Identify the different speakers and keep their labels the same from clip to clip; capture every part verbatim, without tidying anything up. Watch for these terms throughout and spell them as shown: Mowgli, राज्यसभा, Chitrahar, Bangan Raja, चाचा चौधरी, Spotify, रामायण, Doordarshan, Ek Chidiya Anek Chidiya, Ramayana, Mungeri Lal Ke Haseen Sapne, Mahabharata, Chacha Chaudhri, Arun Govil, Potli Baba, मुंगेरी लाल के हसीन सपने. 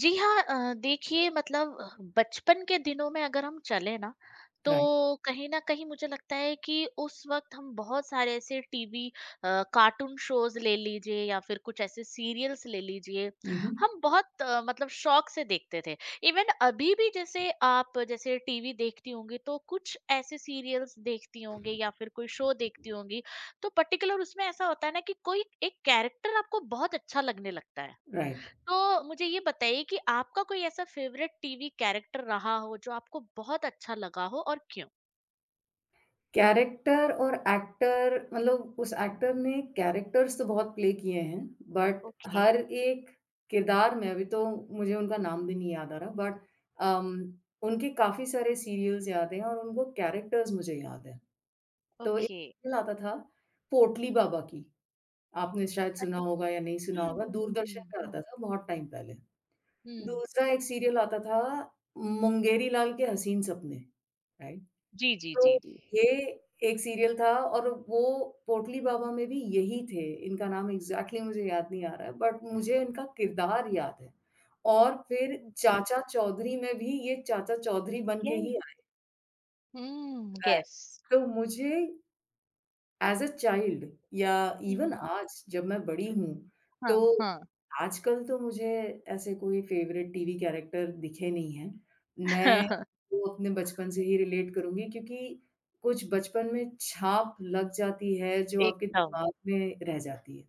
Speaker 1: जी हाँ अ, देखिए मतलब अ, बचपन के दिनों में अगर हम चले ना तो
Speaker 2: राइट,
Speaker 1: कहीं ना कहीं मुझे लगता है कि उस वक्त हम बहुत सारे ऐसे टीवी कार्टून शोज ले लीजिए या फिर कुछ ऐसे सीरियल्स ले लीजिए।
Speaker 2: हुँ,
Speaker 1: हम बहुत अ, मतलब शौक से देखते थे। इवन अभी भी जैसे आप जैसे टीवी देखती होंगी तो कुछ ऐसे सीरियल्स देखती होंगी या फिर कोई शो देखती होंगी। तो पर्टिकुलर उसमें ऐसा होता है ना कि कोई एक कैरेक्टर आपको बहुत अच्छा लगने लगता है।
Speaker 2: राइट।
Speaker 1: तो मुझे ये बताइए कि आपका कोई ऐसा फेवरेट टीवी कैरेक्टर रहा हो जो आपको बहुत अच्छा लगा हो और क्यों?
Speaker 2: कैरेक्टर और एक्टर मतलब उस एक्टर ने कैरेक्टर्स तो बहुत प्ले किए हैं, बट
Speaker 1: ओके।
Speaker 2: हर एक किरदार में अभी तो मुझे उनका नाम भी
Speaker 1: हम्म,
Speaker 2: नहीं याद आ रहा बट अम, उनके काफ़ी सारे सीरियल्स याद हैं और उनको कैरेक्टर्स मुझे याद हैं। तो एक
Speaker 1: ओके।
Speaker 2: सीरियल आता था पोटली बाबा की, आपने शायद
Speaker 1: अच्छा,
Speaker 2: सुना होगा या नहीं सुना
Speaker 1: हम्म
Speaker 2: होगा,
Speaker 1: हम्म
Speaker 2: दूरदर्शन
Speaker 1: हम्म
Speaker 2: का
Speaker 1: हम्म,
Speaker 2: आता था बहुत टाइम पहले।
Speaker 1: हम्म,
Speaker 2: दूसरा एक सीरियल आता था मुंगेरी लाल के हसीन सपने, राइट?
Speaker 1: जी जी
Speaker 2: तो
Speaker 1: जी जी।
Speaker 2: ये एक सीरियल था और वो पोटली बाबा में भी यही थे। इनका नाम एग्ज़ैक्टली मुझे याद नहीं आ रहा है बट मुझे इनका किरदार याद है। और फिर
Speaker 1: ओके।
Speaker 2: चाचा चौधरी में भी ये चाचा चौधरी बन के
Speaker 1: यस।
Speaker 2: ही आए
Speaker 1: हम्म।
Speaker 2: है।
Speaker 1: यस।
Speaker 2: तो मुझे एज़ अ चाइल्ड या इवन
Speaker 1: हम्म।
Speaker 2: आज जब मैं बड़ी हूँ,
Speaker 1: हाँ
Speaker 2: तो
Speaker 1: हाँ।
Speaker 2: आजकल तो मुझे ऐसे कोई फ़ेवरेट टीवी कैरेक्टर दिखे नहीं हैं।
Speaker 1: हाँ,
Speaker 2: मैं
Speaker 1: हाँ,
Speaker 2: वो अपने बचपन से ही रिलेट करूँगी क्योंकि कुछ बचपन में छाप लग जाती है जो आपके
Speaker 1: एकदम।
Speaker 2: दिमाग में रह जाती है।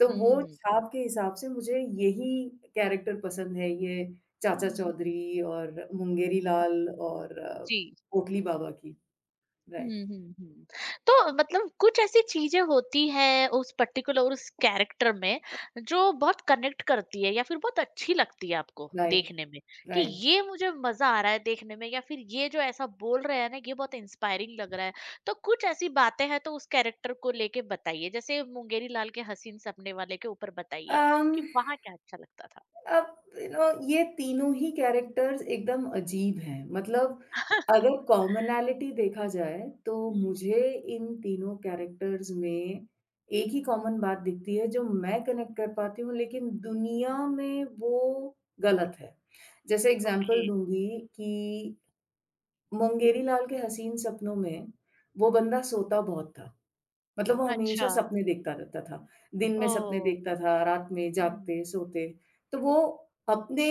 Speaker 2: तो वो
Speaker 1: हम्म।
Speaker 2: छाप के हिसाब से मुझे यही कैरेक्टर पसंद है, ये चाचा
Speaker 1: हम्म।
Speaker 2: चौधरी और मुंगेरी
Speaker 1: हाँ,
Speaker 2: लाल और अ,
Speaker 1: जी।
Speaker 2: कोटली बाबा की।
Speaker 1: हुँ,
Speaker 2: राइट,
Speaker 1: हुँ, हुँ। तो मतलब कुछ ऐसी चीज़ें होती हैं उस पर्टिकुलर उस कैरेक्टर में जो बहुत कनेक्ट करती है या फिर बहुत अच्छी लगती है आपको
Speaker 2: राइट,
Speaker 1: देखने में, कि
Speaker 2: राइट।
Speaker 1: ये मुझे मज़ा आ रहा है देखने में या फिर ये जो ऐसा बोल रहे हैं ना ये बहुत इंस्पायरिंग लग रहा है। तो कुछ ऐसी बातें हैं तो उस कैरेक्टर को लेके बताइए, जैसे मुंगेरी लाल के हसीन सपने वाले के ऊपर बताइए
Speaker 2: अम
Speaker 1: कि वहाँ क्या अच्छा लगता था?
Speaker 2: अब यू नो ये तीनों ही कैरेक्टर्स एकदम अजीब हैं। मतलब अगर कॉमनैलिटी देखा जाए तो
Speaker 1: हुँ,
Speaker 2: मुझे इन तीनों कैरेक्टर्स में एक ही
Speaker 1: हुँ,
Speaker 2: कॉमन बात दिखती है जो मैं कनेक्ट कर पाती हूँ लेकिन दुनिया
Speaker 1: हुँ।
Speaker 2: में वो गलत है। जैसे
Speaker 1: ओके।
Speaker 2: एग्ज़ाम्पल दूँगी कि मुंगेरी लाल के हसीन सपनों में वो बंदा
Speaker 1: हुँ।
Speaker 2: सोता बहुत था। मतलब वो
Speaker 1: अच्छा।
Speaker 2: हमेशा सपने देखता रहता था। दिन में सपने
Speaker 1: ओह!
Speaker 2: देखता था, रात में
Speaker 1: हुँ।
Speaker 2: जागते, सोते। तो वो अपने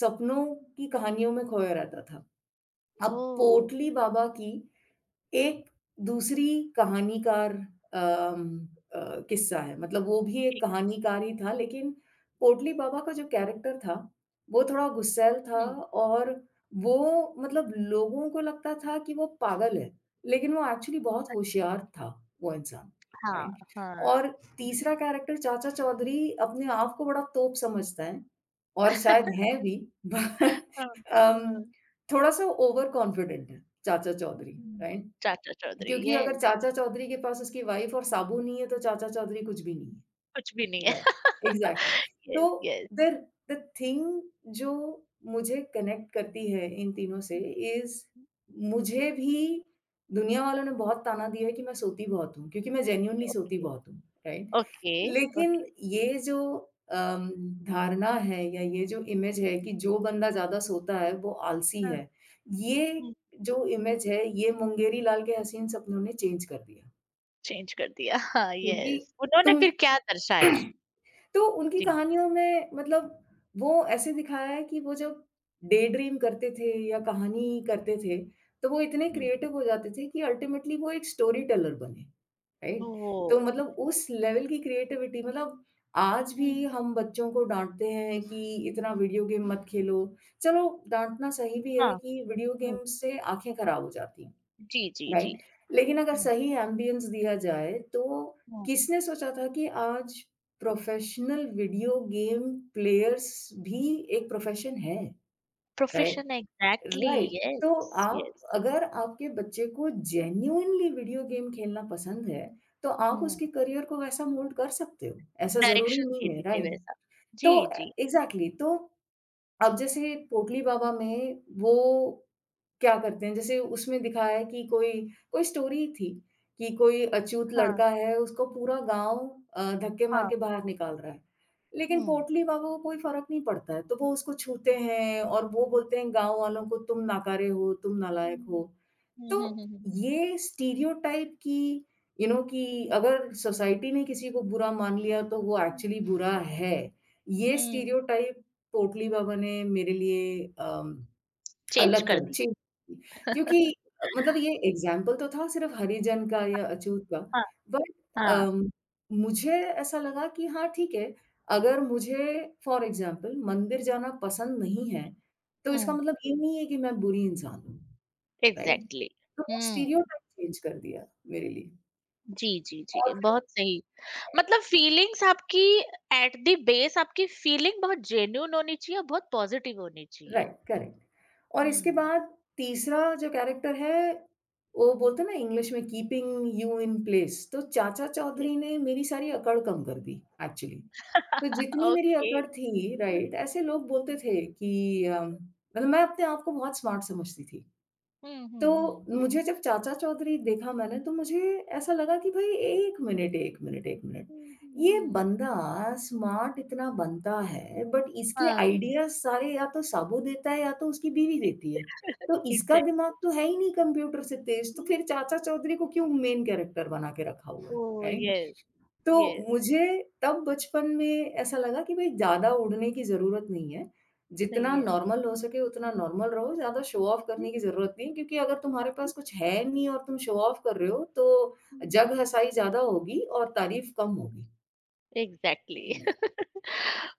Speaker 2: सपनों की कहानियों में खोया रहता था। अब
Speaker 1: ओह!
Speaker 2: पोटली बाबा की एक दूसरी कहानीकार अम, अ, किस्सा है मतलब वो भी एक
Speaker 1: जी।
Speaker 2: कहानीकार ही था लेकिन पोटली बाबा का जो कैरेक्टर था, वो थोड़ा गुस्सैल था
Speaker 1: हुँ।
Speaker 2: और वो मतलब लोगों को लगता था कि वो पागल है, लेकिन वो एक्चुअली बहुत
Speaker 1: अच्छा।
Speaker 2: होशियार था, वो इंसान,
Speaker 1: हाँ,
Speaker 2: राइट?
Speaker 1: हाँ।
Speaker 2: और तीसरा कैरेक्टर चाचा चौधरी अपने आप को बड़ा तोप समझता है और शायद है भी बट
Speaker 1: हाँ।
Speaker 2: अम,
Speaker 1: हाँ,
Speaker 2: थोड़ा-सा ओवर कॉन्फिडेंट है चाचा चौधरी,
Speaker 1: हुँ।
Speaker 2: राइट?
Speaker 1: चाचा चौधरी,
Speaker 2: क्योंकि अगर
Speaker 1: येस।
Speaker 2: चाचा चौधरी के पास उसकी वाइफ और साबू नहीं है, तो चाचा चौधरी कुछ भी नहीं
Speaker 1: कुछ भी नहीं
Speaker 2: है।
Speaker 1: है।
Speaker 2: Right, exactly.
Speaker 1: येस,
Speaker 2: तो
Speaker 1: येस।
Speaker 2: द द थिंग जो मुझे कनेक्ट करती है इन तीनों से
Speaker 1: हुँ,
Speaker 2: इज़
Speaker 1: हुँ,
Speaker 2: मुझे भी दुनिया वालों ने बहुत ताना दिया है कि मैं सोती बहुत हूँ, क्योंकि मैं जेन्युइनली सोती
Speaker 1: ओके,
Speaker 2: बहुत हूँ, राइट?
Speaker 1: ओके,
Speaker 2: लेकिन
Speaker 1: ओके।
Speaker 2: ये जो अम, धारणा है या ये जो इमेज है कि जो बंदा ज़्यादा सोता
Speaker 1: हुँ,
Speaker 2: है
Speaker 1: हुँ,
Speaker 2: वो आलसी
Speaker 1: हाँ।
Speaker 2: है, ये
Speaker 1: हुँ,
Speaker 2: जो इमेज है ये मुंगेरी लाल के हसीन सपनों ने चेंज कर दिया।
Speaker 1: चेंज कर दिया। हाँ,
Speaker 2: क्योंकि
Speaker 1: येस। उन्होंने
Speaker 2: तुम
Speaker 1: फिर क्या दर्शाया?
Speaker 2: तो उनकी
Speaker 1: जी।
Speaker 2: कहानियों में मतलब वो ऐसे दिखाया है कि वो जब डे ड्रीम करते थे या
Speaker 1: हुँ,
Speaker 2: कहानी करते थे, तो वो इतने
Speaker 1: हुँ।
Speaker 2: क्रिएटिव हो जाते थे कि अल्टीमेटली वो एक स्टोरी टेलर बने। राइट? तो
Speaker 1: ओह!
Speaker 2: मतलब उस
Speaker 1: येस।
Speaker 2: लेवल की क्रिएटिविटी मतलब आज भी
Speaker 1: हुँ,
Speaker 2: हम बच्चों को डाँटते हैं कि इतना वीडियो गेम
Speaker 1: हुँ,
Speaker 2: मत खेलो। चलो डाँटना सही भी है
Speaker 1: हाँ,
Speaker 2: कि वीडियो
Speaker 1: हुँ।
Speaker 2: गेम से आँखें खराब हो जाती हैं,
Speaker 1: जी, जी,
Speaker 2: राइट?
Speaker 1: जी।
Speaker 2: लेकिन अगर
Speaker 1: हुँ,
Speaker 2: सही एम्बियंस दिया जाए तो
Speaker 1: हुँ।
Speaker 2: किसने सोचा था कि आज प्रोफ़ेशनल वीडियो गेम प्लेयर्स भी एक प्रोफ़ेशन है, राइट?
Speaker 1: प्रोफेशन एग्ज़ैक्टली,
Speaker 2: राइट, तो
Speaker 1: येस,
Speaker 2: आप
Speaker 1: येस।
Speaker 2: अगर आपके बच्चे को जेन्युइनली वीडियो गेम खेलना पसंद है, तो आप
Speaker 1: हुँ।
Speaker 2: उसके करियर को वैसा मोल्ड कर सकते हो, ऐसा ज़रूरी
Speaker 1: डायरेक्शन दे
Speaker 2: नहीं है,
Speaker 1: दीजिए
Speaker 2: राइट?
Speaker 1: वैसा। जी,
Speaker 2: तो
Speaker 1: जी।
Speaker 2: एग्ज़ैक्टली तो अब जैसे पोटली बाबा में वो क्या करते हैं, जैसे उसमें दिखाया है कि कोई कोई स्टोरी थी कि कोई अछूत
Speaker 1: हाँ,
Speaker 2: लड़का है, उसको पूरा गाँव अ, धक्के मार
Speaker 1: हाँ।
Speaker 2: के बाहर निकाल रहा है। लेकिन
Speaker 1: हुँ।
Speaker 2: पोटली बाबा को कोई फ़र्क नहीं पड़ता है, तो वो उसको छूते हैं और वो बोलते हैं गाँव वालों को तुम नाकारे हो, तुम नालायक हो।
Speaker 1: हुँ,
Speaker 2: तो
Speaker 1: हुँ, हुँ, हुँ, हुँ।
Speaker 2: ये स्टीरियोटाइप की यू नो कि अगर सोसाइटी ने किसी को बुरा मान लिया तो वो
Speaker 1: हुँ,
Speaker 2: एक्चुअली बुरा है। ये
Speaker 1: हुँ,
Speaker 2: स्टीरियोटाइप पोटली बाबा ने मेरे लिए अम
Speaker 1: चेंज
Speaker 2: अलग
Speaker 1: कर
Speaker 2: कर जी,
Speaker 1: दिया।
Speaker 2: क्योंकि अ, मतलब ये एग्ज़ाम्पल तो था सिर्फ़ हरिजन का या अछूत का,
Speaker 1: हाँ,
Speaker 2: बट
Speaker 1: हाँ,
Speaker 2: अम, मुझे ऐसा लगा कि हाँ, ठीक है, अगर मुझे फॉर एग्ज़ाम्पल मंदिर जाना पसंद नहीं है, तो इसका
Speaker 1: हुँ,
Speaker 2: मतलब ये नहीं है कि मैं बुरी इंसान हूँ, राइट?
Speaker 1: एग्ज़ैक्टली।
Speaker 2: तो वो
Speaker 1: हुँ,
Speaker 2: स्टीरियोटाइप चेंज कर दिया मेरे लिए
Speaker 1: जी, जी,
Speaker 2: और
Speaker 1: जी,
Speaker 2: फिर
Speaker 1: बहुत सही। मतलब फीलिंग्स आपकी एट द बेस आपकी फीलिंग बहुत जेन्युइन होनी चाहिए और बहुत पॉज़िटिव होनी चाहिए।
Speaker 2: राइट, करेक्ट और इसके
Speaker 1: हुँ,
Speaker 2: बाद तीसरा जो कैरेक्टर है, वो बोलते हैं ना इंग्लिश में कीपिंग यू इन प्लेस तो चाचा
Speaker 1: यस।
Speaker 2: चौधरी ने मेरी सारी अकड़ कम कर दी एक्चुअली। तो जितनी मेरी
Speaker 1: ओके।
Speaker 2: अकड़ थी राइट, ऐसे लोग बोलते थे कि अ, मतलब मैं अपने आप को बहुत स्मार्ट समझती थी।
Speaker 1: हुँ, हुँ,
Speaker 2: तो
Speaker 1: हुँ, हुँ।
Speaker 2: मुझे जब चाचा चौधरी देखा मैंने तो मुझे ऐसा लगा कि भाई एक मिनट, एक मिनट, एक मिनट।
Speaker 1: हुँ, हुँ,
Speaker 2: ये
Speaker 1: हुँ।
Speaker 2: बंदा स्मार्ट इतना बनता है बट इसके
Speaker 1: हाँ,
Speaker 2: आइडियाज़ सारे या तो साबू देता है या तो उसकी बीवी देती है। तो इसका
Speaker 1: एग्ज़ैक्ट।
Speaker 2: दिमाग तो है ही नहीं कंप्यूटर से तेज़ तो फिर
Speaker 1: हुँ,
Speaker 2: चाचा चौधरी को क्यों मेन कैरेक्टर बना के रखा हुआ है,
Speaker 1: ओह!
Speaker 2: राइट?
Speaker 1: यस,
Speaker 2: तो
Speaker 1: यस।
Speaker 2: मुझे तब बचपन में ऐसा लगा कि भई ज़्यादा उड़ने की ज़रूरत नहीं है। जितना
Speaker 1: नहीं है।
Speaker 2: नॉर्मल हो सके उतना नॉर्मल रहो, ज़्यादा शो ऑफ करने की ज़रूरत नहीं है क्योंकि अगर तुम्हारे पास कुछ है नहीं और तुम शो ऑफ कर रहे हो तो
Speaker 1: हुँ।
Speaker 2: जग हँसाई ज़्यादा होगी और तारीफ़ कम होगी।
Speaker 1: एग्ज़ैक्टली।
Speaker 2: हुँ,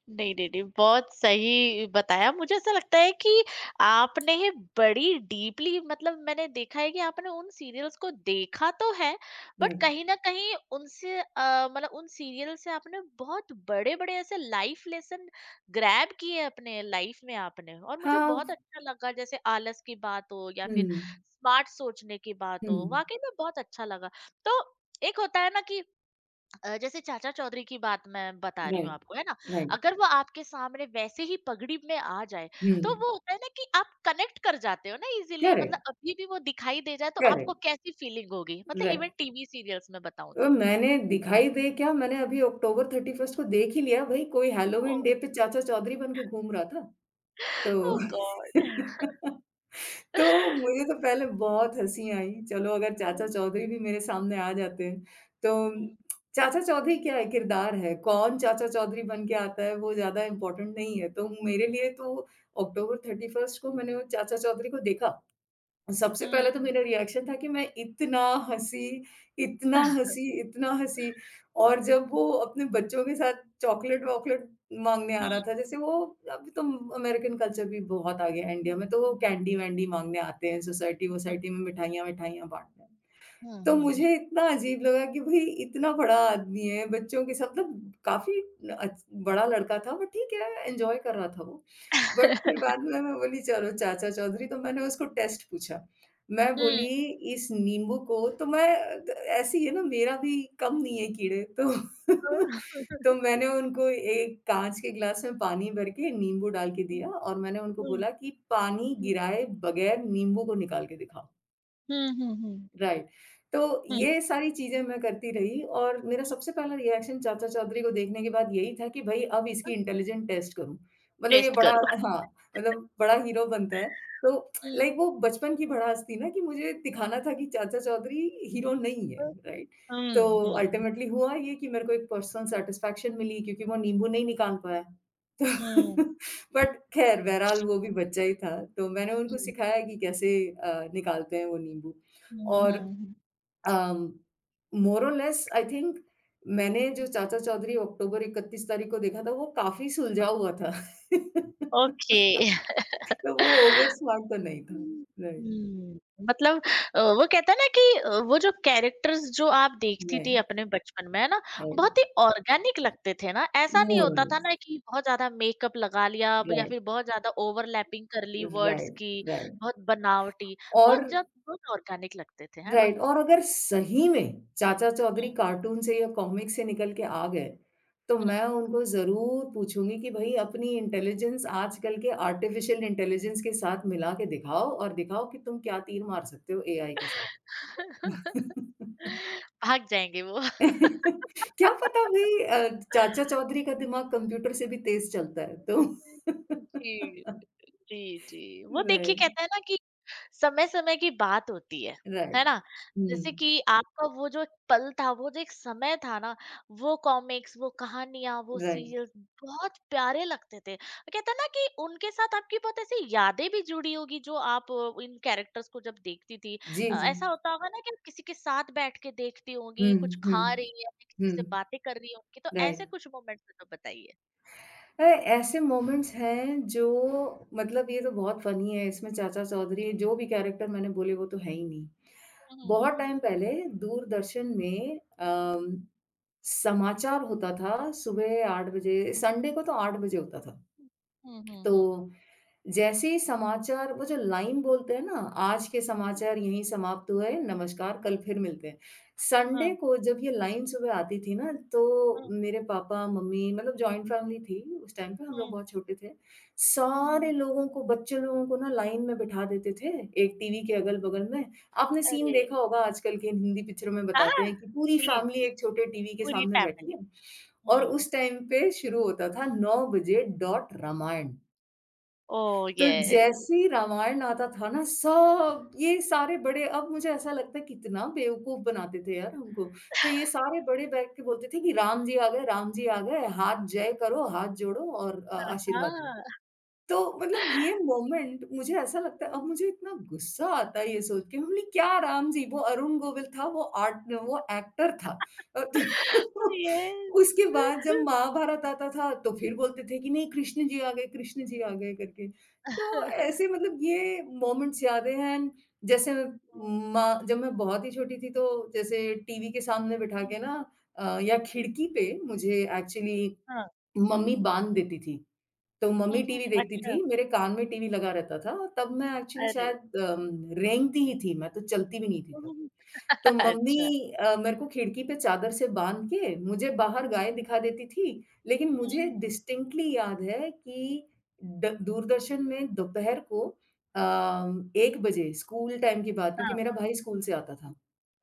Speaker 1: नहीं, नहीं, नहीं, बहुत सही बताया। मुझे ऐसा लगता है कि आपने बड़ी डीपली मतलब मैंने देखा है कि आपने उन सीरियल्स को देखा तो है, बट
Speaker 2: राइट।
Speaker 1: कहीं न कहीं उनसे अ, मतलब उन सीरियल से आपने बहुत बड़े-बड़े ऐसे लाइफ़ लेसन ग्रैब किए अपने लाइफ़ में आपने और मुझे बहुत
Speaker 2: हाँ,
Speaker 1: अच्छा लगा जैसे आलस की बात हो या
Speaker 2: हुँ,
Speaker 1: फिर स्मार्ट सोचने की बात
Speaker 2: हुँ,
Speaker 1: हो, वाक़ई में बहुत अच्छा लगा। तो एक होता है ना कि अ, जैसे चाचा चौधरी की बात मैं बता रही हूँ
Speaker 2: राइट,
Speaker 1: आपको, है ना?
Speaker 2: राइट,
Speaker 1: अगर वो आपके सामने वैसे ही पगड़ी में आ जाए,
Speaker 2: हुँ,
Speaker 1: तो वो होता है ना कि आप कनेक्ट कर जाते हो ना इज़िली
Speaker 2: करेक्ट,
Speaker 1: मतलब अभी भी वो दिखाई दे जाए तो आपको
Speaker 2: करेक्ट,
Speaker 1: कैसी फ़ीलिंग होगी? मतलब इवन
Speaker 2: राइट।
Speaker 1: टीवी सीरियल्स में बताऊँ
Speaker 2: अ,
Speaker 1: तो।
Speaker 2: मैंने दिखाई दे क्या मैंने अभी अक्टूबर थर्टी फ़र्स्ट को देख ही लिया भाई कोई हैलोवीन
Speaker 1: ओह!
Speaker 2: डे पे चाचा चौधरी बन के घूम रहा था। तो
Speaker 1: ओह गॉड!
Speaker 2: तो मुझे तो पहले बहुत हँसी आई, चलो अगर चाचा
Speaker 1: हुँ,
Speaker 2: चौधरी भी मेरे सामने आ जाते हैं, तो
Speaker 1: हुँ,
Speaker 2: चाचा चौधरी क्या है किरदार है, कौन चाचा चौधरी बन के आता है वो ज़्यादा इम्पोर्टेंट नहीं है, तो मेरे
Speaker 1: हुँ,
Speaker 2: लिए तो अक्टूबर थर्टी फ़र्स्ट को मैंने वो चाचा चौधरी को देखा। सबसे
Speaker 1: हुँ,
Speaker 2: पहले तो
Speaker 1: हुँ।
Speaker 2: मेरा रिएक्शन था कि मैं इतना हँसी, इतना हँसी, इतना हँसी और जब वो अपने बच्चों के साथ चॉकलेट-वॉकलेट माँगने आ रहा
Speaker 1: हुँ,
Speaker 2: था, जैसे वो अभी तो अमेरिकन कल्चर भी बहुत आ गया है इंडिया में, तो वो कैंडी-वैंडी माँगने आते हैं सोसाइटी-वोसाइटी में मिठाइयाँ-विठाइयाँ बाँटने।
Speaker 1: हुँ, हुँ,
Speaker 2: तो
Speaker 1: हुँ, हुँ, हुँ, हुँ।
Speaker 2: मुझे इतना अजीब लगा कि भई इतना बड़ा आदमी है, बच्चों के साथ मतलब काफ़ी अच बड़ा लड़का था, बट ठीक है एन्जॉय कर रहा था वो। बट फिर बाद में मैं बोली चलो चाचा चौधरी तो मैंने उसको टेस्ट पूछा। मैं
Speaker 1: हुँ,
Speaker 2: बोली इस नींबू को तो मैं अ, ऐसी है ना मेरा भी कम नहीं है कीड़े तो
Speaker 1: हुँ,
Speaker 2: तो
Speaker 1: हुँ,
Speaker 2: मैंने उनको एक काँच के ग्लास में पानी भर के नींबू डाल के दिया और मैंने उनको
Speaker 1: हुँ,
Speaker 2: बोला कि पानी गिराए बगैर नींबू को निकाल के दिखाओ।
Speaker 1: हुँ, हुँ, हुँ,
Speaker 2: राइट। तो
Speaker 1: हुँ,
Speaker 2: ये सारी चीज़ें मैं करती रही और मेरा
Speaker 1: हुँ।
Speaker 2: सबसे पहला रिएक्शन चाचा चौधरी को देखने के बाद यही था कि भई अब इसकी इंटेलिजेंट टेस्ट करूँ। मतलब ये
Speaker 1: टेस्ट
Speaker 2: बड़ा
Speaker 1: करो।
Speaker 2: हाँ, मतलब बड़ा हीरो बनता है। तो
Speaker 1: Hmm.
Speaker 2: लाइक वो बचपन की भड़ास थी ना कि मुझे दिखाना था कि चाचा चौधरी हीरो नहीं है, राइट?
Speaker 1: Hmm,
Speaker 2: तो
Speaker 1: hmm.
Speaker 2: अल्टीमेटली हुआ ये कि मेरे को एक पर्सनल सैटिस्फैक्शन मिली क्योंकि वो नींबू नहीं निकाल पाया। तो
Speaker 1: Hmm.
Speaker 2: बट ख़ैर बहरहाल वो भी बच्चा ही था। तो मैंने उनको सिखाया कि कैसे अ, निकालते हैं वो नींबू
Speaker 1: Hmm,
Speaker 2: और
Speaker 1: हुँ, हुँ।
Speaker 2: अम, मोर और लेस आई थिंक मैंने जो चाचा चौधरी अक्टूबर इकत्तीस तारीख को देखा था, वो काफ़ी सुलझा हुआ था।
Speaker 1: ओके।
Speaker 2: तो वो ओवर स्मार्ट तो नहीं था।
Speaker 1: हुँ,
Speaker 2: राइट,
Speaker 1: हुँ, मतलब अ, वो कहते हैं ना कि अ, वो जो कैरेक्टर्स जो आप देखती थी
Speaker 2: राइट,
Speaker 1: अपने बचपन में, है ना? वो
Speaker 2: राइट,
Speaker 1: बहुत ही ऑर्गेनिक लगते थे ना, ऐसा
Speaker 2: मोर
Speaker 1: नहीं
Speaker 2: और
Speaker 1: होता था
Speaker 2: लेस
Speaker 1: ना कि बहुत ज़्यादा मेकअप लगा लिया अब या
Speaker 2: राइट,
Speaker 1: फिर बहुत ज़्यादा ओवरलैपिंग कर ली वर्ड्स
Speaker 2: राइट,
Speaker 1: की,
Speaker 2: राइट
Speaker 1: बहुत बनावटी,
Speaker 2: और
Speaker 1: बहुत जब बहुत ऑर्गेनिक लगते थे, है ना?
Speaker 2: राइट और अगर सही में चाचा चौधरी
Speaker 1: हुँ,
Speaker 2: कार्टून से या कॉमिक से निकल के आ गए, तो मैं
Speaker 1: हुँ।
Speaker 2: उनको ज़रूर पूछूँगी कि भई अपनी इंटेलिजेंस आजकल के आर्टिफ़िशियल इंटेलिजेंस के साथ मिला के दिखाओ और दिखाओ कि तुम क्या तीर मार सकते हो एआई के साथ।
Speaker 1: भाग जाएँगे वो।
Speaker 2: क्या पता भई अ, चाचा चौधरी का दिमाग कंप्यूटर से भी तेज़ चलता है तो
Speaker 1: जी, जी, जी। वो देखिए
Speaker 2: राइट,
Speaker 1: कहते हैं ना कि समय-समय की बात होती है, है
Speaker 2: राइट।
Speaker 1: ना? जैसे
Speaker 2: हुँ,
Speaker 1: कि आपका वो जो एक पल था, वो जो एक समय था ना, वो कॉमिक्स, वो कहानियाँ, वो
Speaker 2: राइट।
Speaker 1: सीरियल्स बहुत प्यारे लगते थे। कहते हैं ना कि उनके साथ आपकी बहुत ऐसी यादें भी जुड़ी होगी जो आप अ, इन कैरेक्टर्स को जब देखती थी।
Speaker 2: जी,
Speaker 1: अ,
Speaker 2: जी।
Speaker 1: ऐसा होता होगा ना कि आप किसी के साथ बैठ के देखती
Speaker 2: हुँ,
Speaker 1: होंगी, कुछ
Speaker 2: हुँ।
Speaker 1: खा रही हैं, किसी से
Speaker 2: हुँ,
Speaker 1: बातें कर रही होंगी, तो ऐसे
Speaker 2: राइट।
Speaker 1: कुछ मोमेंट्स हैं तो बताइए?
Speaker 2: अ, ऐसे मोमेंट्स हैं जो मतलब ये तो बहुत फनी है इसमें चाचा चौधरी जो भी कैरेक्टर मैंने बोले वो तो है ही नहीं।
Speaker 1: हम्म, हम्म, हम्म,
Speaker 2: बहुत
Speaker 1: हम्म,
Speaker 2: टाइम पहले दूरदर्शन में अम, समाचार होता था सुबह आठ बजे संडे को तो आठ बजे होता था।
Speaker 1: हुँ, हुँ,
Speaker 2: तो
Speaker 1: हुँ।
Speaker 2: जैसे ही समाचार वो जो लाइन बोलते हैं ना, आज के
Speaker 1: अच्छा।
Speaker 2: समाचार यहीं समाप्त हुए, नमस्कार कल फिर मिलते हैं। संडे
Speaker 1: हाँ,
Speaker 2: को जब ये लाइन सुबह आती थी ना, तो
Speaker 1: हाँ,
Speaker 2: मेरे पापा, मम्मी मतलब जॉइंट फैमिली थी, उस टाइम पे हम लोग
Speaker 1: हाँ।
Speaker 2: बहुत छोटे थे।
Speaker 1: हुँ,
Speaker 2: सारे
Speaker 1: हुँ।
Speaker 2: लोगों को बच्चे लोगों को ना लाइन में बिठा देते थे, एक टीवी के अगल-बगल में। आपने सीन
Speaker 1: अरे!
Speaker 2: देखा होगा आजकल के इन हिंदी पिक्चरों में
Speaker 1: हाँ,
Speaker 2: बताते हैं कि पूरी
Speaker 1: जी,
Speaker 2: फैमिली
Speaker 1: जी,
Speaker 2: एक छोटे टीवी के
Speaker 1: पूरी
Speaker 2: सामने बैठी
Speaker 1: फैमिली।
Speaker 2: है और
Speaker 1: हुँ।
Speaker 2: उस टाइम पे शुरू होता था नौ बजे डॉट रामायण।
Speaker 1: ओह
Speaker 2: तो
Speaker 1: येस!
Speaker 2: जैसे ही रामायण आता था ना सब ये सारे बड़े अब मुझे ऐसा लगता है कितना बेवकूफ बनाते थे यार हमको। तो ये सारे बड़े बैठ के बोलते थे कि राम जी आ गए, राम जी आ गए, हाथ जय करो, हाथ जोड़ो और अ,
Speaker 1: हाँ,
Speaker 2: आशीर्वाद लो।
Speaker 1: हाँ।
Speaker 2: तो मतलब ये मोमेंट मुझे ऐसा लगता है
Speaker 1: हुँ।
Speaker 2: अब मुझे इतना गुस्सा आता है ये सोच के हमने क्या राम जी वो अरुण गोविल था वो आर्ट वो एक्टर था और
Speaker 1: ओह येस!
Speaker 2: उसके बाद जब महाभारत आता था तो फिर बोलते थे कि नहीं कृष्ण जी आ गए कृष्ण जी आ गए करके तो ऐसे मतलब ये मोमेंट्स याद हैं एंड जैसे
Speaker 1: हुँ, हुँ।
Speaker 2: माँ जब मैं बहुत ही छोटी थी तो जैसे टीवी के सामने बिठा के ना अ, या खिड़की पे मुझे एक्चुअली
Speaker 1: हाँ।
Speaker 2: मम्मी बांध देती थी तो
Speaker 1: हुँ,
Speaker 2: मम्मी टीवी
Speaker 1: हुँ।
Speaker 2: देखती
Speaker 1: अच्छा,
Speaker 2: थी, मेरे कान में टीवी लगा रहता था और तब मैं एक्चुअली
Speaker 1: अरे!
Speaker 2: शायद अम, रेंगती ही थी, मैं तो चलती भी नहीं थी
Speaker 1: हुँ,
Speaker 2: तब।
Speaker 1: हुँ, हुँ।
Speaker 2: तो
Speaker 1: अच्छा।
Speaker 2: मम्मी अ, मेरे को खिड़की पे चादर से बाँध के मुझे बाहर
Speaker 1: हुँ,
Speaker 2: गायें
Speaker 1: हुँ।
Speaker 2: दिखा देती थी, लेकिन
Speaker 1: हुँ,
Speaker 2: मुझे
Speaker 1: हुँ, हुँ।
Speaker 2: डिस्टिंक्टली याद है कि ड दूरदर्शन में दोपहर को अ, एक बजे स्कूल टाइम के बाद क्योंकि
Speaker 1: हाँ,
Speaker 2: मेरा भाई स्कूल से आता था,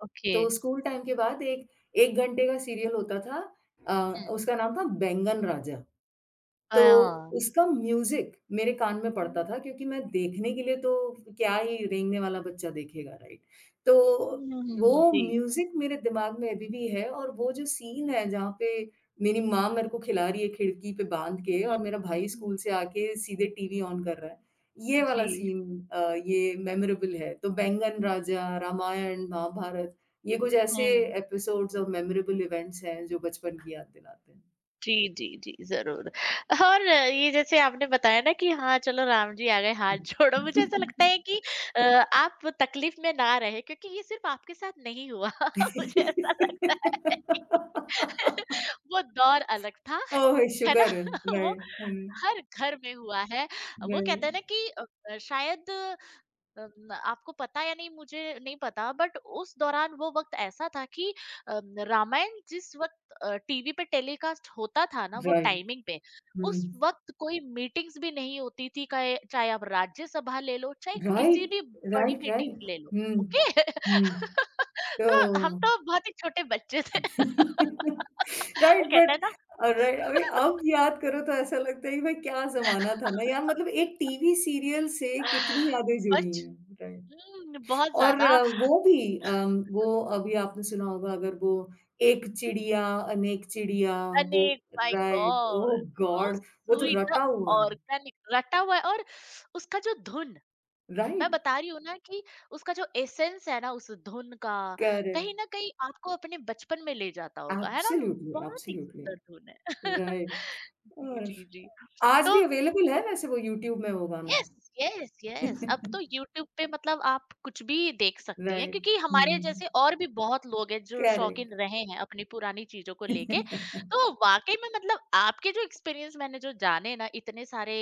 Speaker 1: ओके।
Speaker 2: तो स्कूल टाइम के बाद एक 1 घंटे का सीरियल होता था अ,
Speaker 1: हुँ।
Speaker 2: उसका नाम था बैंगन राजा। तो
Speaker 1: हाँ।
Speaker 2: उसका म्यूज़िक मेरे कान में पड़ता
Speaker 1: हुँ,
Speaker 2: था क्योंकि मैं देखने के लिए तो क्या ही रेंगने वाला बच्चा देखेगा, राइट? तो
Speaker 1: हुँ, हुँ, हुँ।
Speaker 2: वो
Speaker 1: जी।
Speaker 2: म्यूज़िक मेरे दिमाग में अभी भी है और वो जो सीन है जहाँ पे मेरी माँ मेरे को खिला रही है खिड़की पे बाँध के और
Speaker 1: हुँ,
Speaker 2: मेरा भाई स्कूल
Speaker 1: हुँ।
Speaker 2: से आके सीधे टीवी ऑन कर रहा है। ये
Speaker 1: जी।
Speaker 2: वाला सीन अ, ये मेमोरेबल है। तो बैंगन राजा, रामायण, महाभारत ये कुछ ऐसे
Speaker 1: हुँ।
Speaker 2: एपिसोड्स और मेमोरेबल इवेंट्स हैं जो बचपन की याद दिलाते हैं।
Speaker 1: जी, जी, जी, ज़रूर। और ये जैसे आपने बताया ना कि हाँ, चलो राम जी आ गए हाथ जोड़ो, मुझे ऐसा लगता है कि अ, आप तकलीफ़ में ना रहें क्योंकि ये सिर्फ़ आपके साथ नहीं हुआ। मुझे ऐसा लगा है कि वो दौर अलग था,
Speaker 2: ओह!
Speaker 1: है ना?
Speaker 2: शुगर है,
Speaker 1: वो
Speaker 2: राइट, है ना?
Speaker 1: हर घर में हुआ है। वो
Speaker 2: राइट,
Speaker 1: कहते हैं ना कि अ, शायद अ, न आपको पता या नहीं मुझे नहीं पता बट उस दौरान वो वक़्त ऐसा था कि अ, रामायण जिस वक़्त अ, टीवी पे टेलीकास्ट होता था ना वो
Speaker 2: राइट,
Speaker 1: टाइमिंग पे,
Speaker 2: हुँ,
Speaker 1: उस वक़्त कोई मीटिंग्स भी नहीं होती थी काए चाहे आप राज्यसभा ले लो, चाहे किसी
Speaker 2: राइट,
Speaker 1: भी बड़ी
Speaker 2: राइट,
Speaker 1: मीटिंग
Speaker 2: राइट,
Speaker 1: ले लो,
Speaker 2: हुँ,
Speaker 1: ओके?
Speaker 2: हुँ,
Speaker 1: तो हम
Speaker 2: तो
Speaker 1: तो बहुत ही छोटे बच्चे थे।
Speaker 2: राइट
Speaker 1: वो कहता है
Speaker 2: बट
Speaker 1: ना।
Speaker 2: अ, राइट अभी अब याद करो तो ऐसा लगता है कि भाई क्या ज़माना था ना यार मतलब एक टीवी सीरियल से कितनी यादें जुड़ी
Speaker 1: बच।
Speaker 2: हैं, राइट।
Speaker 1: हुँ, बहुत
Speaker 2: और
Speaker 1: ज़्यादा
Speaker 2: अ, वो भी अम, वो अभी आपने सुना होगा अगर वो एक चिड़िया अनेक चिड़िया वो
Speaker 1: अनेक my
Speaker 2: right oh
Speaker 1: god so
Speaker 2: god वो तो
Speaker 1: स्वीट द
Speaker 2: रटा हुआ है
Speaker 1: ऑर्गेनिक रटा हुआ है और उसका जो धुन मैं
Speaker 2: राइट
Speaker 1: बता रही हूँ ना कि उसका जो एसेंस है ना उस धुन का
Speaker 2: करेक्ट
Speaker 1: कहीं ना कहीं आपको अपने बचपन में ले जाता होगा है ना।
Speaker 2: एब्सोल्युटली
Speaker 1: बहुत ही
Speaker 2: एब्सोल्युटली
Speaker 1: सुंदर धुन है।
Speaker 2: राइट
Speaker 1: जी
Speaker 2: और
Speaker 1: जी जी।
Speaker 2: आज
Speaker 1: तो
Speaker 2: भी अवेलेबल है वैसे वो यूट्यूब में वो गाना
Speaker 1: यस। Yes yes. अब तो यूट्यूब पे मतलब आप कुछ भी देख सकती हैं
Speaker 2: राइट
Speaker 1: क्योंकि हमारे
Speaker 2: हम्म
Speaker 1: जैसे और भी बहुत लोग हैं जो
Speaker 2: करेक्ट
Speaker 1: शौकीन रहे हैं अपनी पुरानी चीजों को लेके। तो वाकई में मतलब आपके जो एक्सपीरियंस मैंने जो जाने ना इतने सारे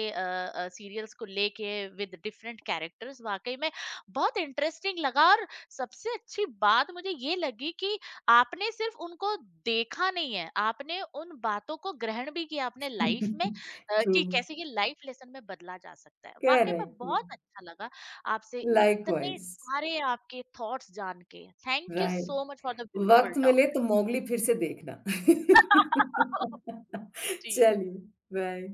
Speaker 1: सीरियल्स को लेके विद डिफरेंट कैरेक्टर्स वाकई में बहुत इंटरेस्टिंग लगा। और सबसे अच्छी बात मुझे ये लगी कि आपने सिर्फ उनको देखा नहीं है, आपने उन बातों को ग्रहण भी किया अपने लाइफ में अ,
Speaker 2: ट्रू
Speaker 1: कि कैसे ये लाइफ लेसन में बदला जा सकता है। वाक़ई में
Speaker 2: करेक्ट
Speaker 1: बहुत अच्छा लगा आपसे इतने
Speaker 2: लाइकवाइज
Speaker 1: सारे आपके थॉट्स जान के। Thank you so
Speaker 2: right
Speaker 1: much for the beautiful
Speaker 2: वक़्त
Speaker 1: टॉक।
Speaker 2: मिले तो मोगली फिर से देखना।
Speaker 1: जी।
Speaker 2: चलिए, बाय।